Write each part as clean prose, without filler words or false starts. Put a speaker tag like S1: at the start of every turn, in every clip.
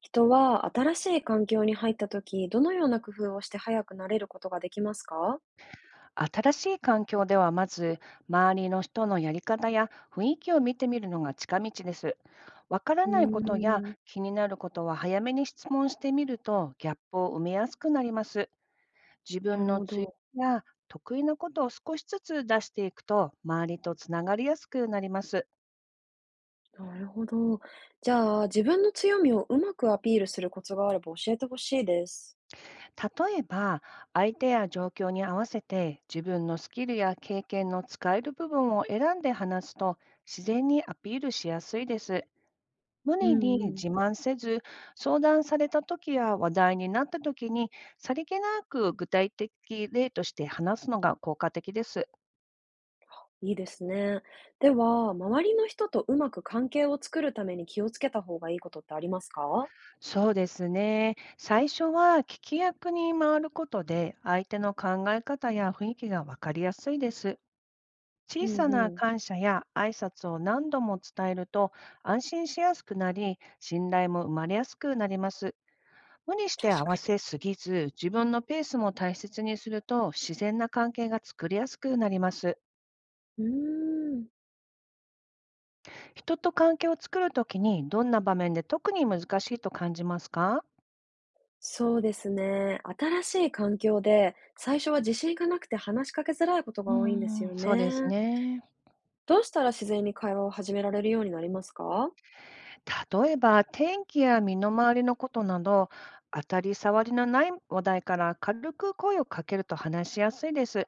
S1: 人は新しい環境に入った時、どのような工夫をして早くなれることができますか？
S2: 新しい環境ではまず周りの人のやり方や雰囲気を見てみるのが近道です。わから
S1: うー
S2: ないことや
S1: ん、
S2: 気になることは早めに質問してみるとギャップを埋めやすくなります。自
S1: な
S2: 分
S1: る
S2: の
S1: ほ
S2: 強
S1: ど。
S2: みや得意なことを少しずつ出していくと周りとつながりやすくなります。
S1: なるほど。じゃあ、自分の強みをうまくアピールするコツがあれば教えてほしいです。
S2: 例えば、相手や状況に合わせて自分のスキルや経験の使える部分を選んで話すと自然にアピールしやすいです。無
S1: うん
S2: 理に
S1: うん。
S2: 自慢せず、相談された時や話題になった時に、さりげなく具体的例として話すのが効果的です。
S1: いいですね。では、周りの人とうまく関係を作るために気をつけた方がいいことってありますか？
S2: そうですね。最初は聞き役に回ることで、相手の考え方や雰囲気がわかりやすいです。
S1: う
S2: 小さ
S1: ん
S2: な
S1: うん。
S2: 感謝や挨拶を何度も伝えると、安心しやすくなり、信頼も生まれやすくなります。無理して
S1: 確
S2: 合
S1: か
S2: わ
S1: に。
S2: せすぎず、自分のペースも大切にすると、自然な関係が作りやすくなります。
S1: うーん。
S2: 人と関係を作るときに、どんな場面で特に難しいと感じますか？
S1: そうですね。新しい環境で、最初は自信がなくて話しかけづらいこと
S2: うー
S1: が多いんですよ
S2: ん、そうです
S1: ね。
S2: ね。
S1: どうしたら自然に会話を始められるようになりますか？
S2: 例えば、天気や身の回りのことなど、当たり障りのない話題から軽く声をかけると話しやすいです。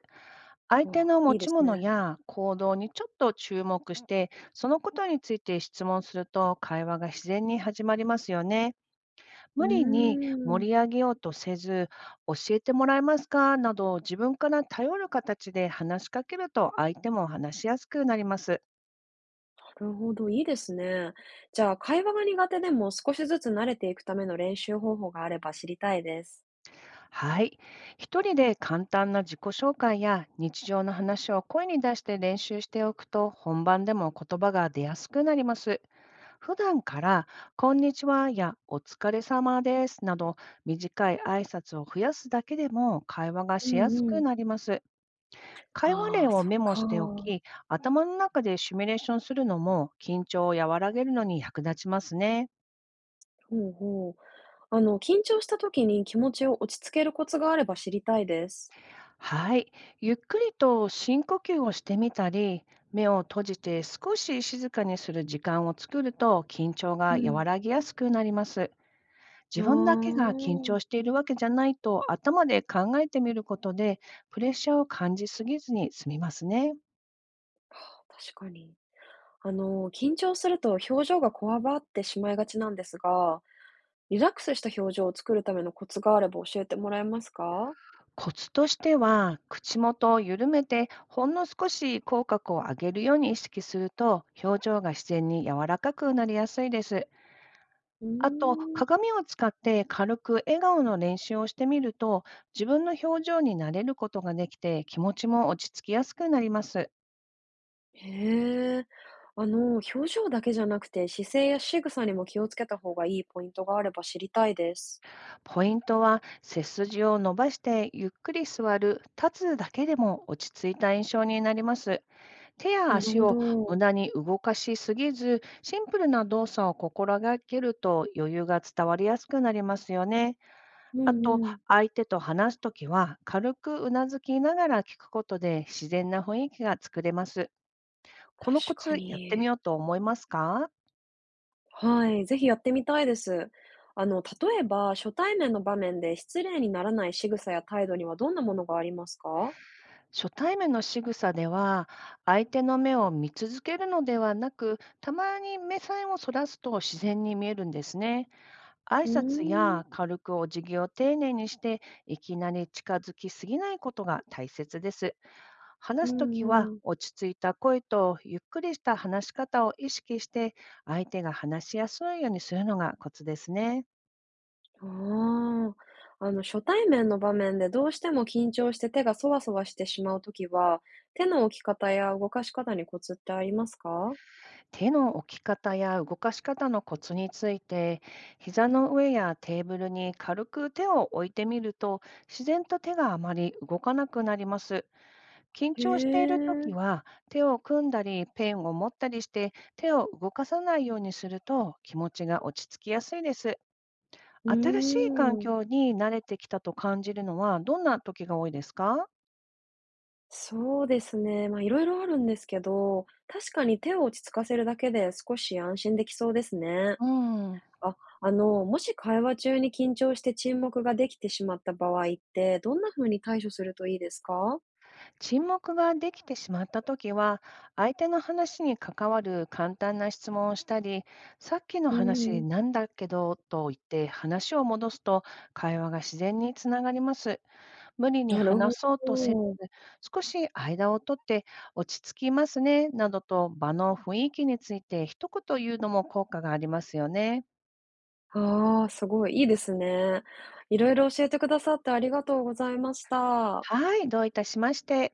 S2: 相手
S1: あ、
S2: の持
S1: いいで
S2: ち
S1: す
S2: 物
S1: ね。
S2: や行動にちょっと注目して、そのことについて質問すると会話が自然に始まりますよね。
S1: うー
S2: 無理に
S1: ん、な
S2: 盛り上げようとせず、教えてもらえますかなど自分から頼る形で話しかけると相手も話しやすくなります。
S1: るほど、いいですね。じゃあ、会話が苦手でも少しずつ慣れていくための練習方法があれば知りたいです。
S2: はい。一人で簡単な自己紹介や日常の話を声に出して練習しておくと本番でも言葉が出やすくなります。普段から、こんにちはやお疲れ様ですなど短い挨拶を増やすだけでも会話が
S1: う
S2: しや
S1: ん
S2: す
S1: う
S2: く
S1: ん。
S2: なります。会話
S1: あ
S2: 例
S1: あ、
S2: を
S1: そっ
S2: メモしてお
S1: か。
S2: き、頭の中でシミュレーションするのも緊張を和らげるのに役立ちますね。
S1: ほうほう。あの、緊張した時に気持ちを落ち着けるコツがあれば知りたいです。
S2: はい。ゆっくりと深呼吸をしてみたり、目を閉じて少し静かにする時間を作ると緊張
S1: う
S2: が和
S1: ん。
S2: らぎやすくなります。
S1: いや
S2: 自分だけが緊張
S1: ー、
S2: しているわけじゃないと頭で考えてみることでプレッシャーを感じすぎずに済みますね。
S1: 確かに。あの、緊張すると表情がこわばってしまいがちなんですが、リラックスした表情を作るためのコツがあれば教えてもらえますか？
S2: コツとしては、口元を緩めて、ほんの少し口角を上げるように意識すると、表情が自然に柔らかくなりやすいです。
S1: う
S2: あと、
S1: ーん。
S2: 鏡を使って軽く笑顔の練習をしてみると、自分の表情に慣れることができて、気持ちも落ち着きやすくなります。
S1: へえ。あの、表情だけじゃなくて姿勢や仕草にも気をつけた方がいいポイントがあれば知りたいです。
S2: ポイントは、背筋を伸ばしてゆっくり座る、立つだけでも落ち着いた印象になります。手や
S1: なる
S2: 足
S1: ほ
S2: を無
S1: ど。
S2: 駄に動かしすぎず、シンプルな動作を心がけると余裕が伝わりやすくなりますよね。
S1: う
S2: あ
S1: ん
S2: と、
S1: うん。
S2: 相手と話すときは、軽くうなずきながら聞くことで自然な雰囲気が作れます。この
S1: 確
S2: コ
S1: か
S2: ツやってみ
S1: に。
S2: ようと思いますか？
S1: はい。ぜひやってみたいです。あの、例えば、初対面の場面で失礼にならない仕草や態度にはどんなものがありますか？
S2: 初対面の仕草では、相手の目を見続けるのではなく、たまに目線をそらすと自然に見えるんですね。挨
S1: う
S2: 拶
S1: ーん。
S2: や軽くお辞儀を丁寧にして、いきなり近づきすぎないことが大切です。
S1: う
S2: 話すとき
S1: ん
S2: は
S1: うん。
S2: 落ち着いた声とゆっくりした話し方を意識して、相手が話しやすいようにするのがコツですね。
S1: ああ。あの、初対面の場面でどうしても緊張して手がそわそわしてしまうときは、手の置き方や動かし方にコツってありますか？
S2: 手の置き方や動かし方のコツについて、膝の上やテーブルに軽く手を置いてみると、自然と手があまり動かなくなります。緊
S1: へ
S2: 張していると
S1: え。
S2: きは、手を組んだり、ペンを持ったりして、手を動かさないようにすると気持ちが落ち着きやすいです。
S1: うー
S2: 新しい環
S1: ん。
S2: 境に慣れてきたと感じるのは、どんな時が多いですか？
S1: そうですね。まあ、いろいろあるんですけど、確かに手を落ち着かせるだけで少し安心できそうですね。
S2: うん、
S1: あ、あの、もし会話中に緊張して沈黙ができてしまった場合って、どんな風に対処するといいですか？
S2: 沈黙ができてしまったときは、相手の話に関わる簡単な質問をしたり、さっきの
S1: う
S2: 話
S1: ん、
S2: なんだけどと言って話を戻すと、会話が自然につながります。無理に
S1: なるほ
S2: 話そうとせ
S1: ど。
S2: ず、少し間を取って落ち着きますねなどと場の雰囲気について一言言うのも効果がありますよね。
S1: ああ、すごい、いいですね。いろいろ教えてくださってありがとうございました。
S2: はい、どういたしまして。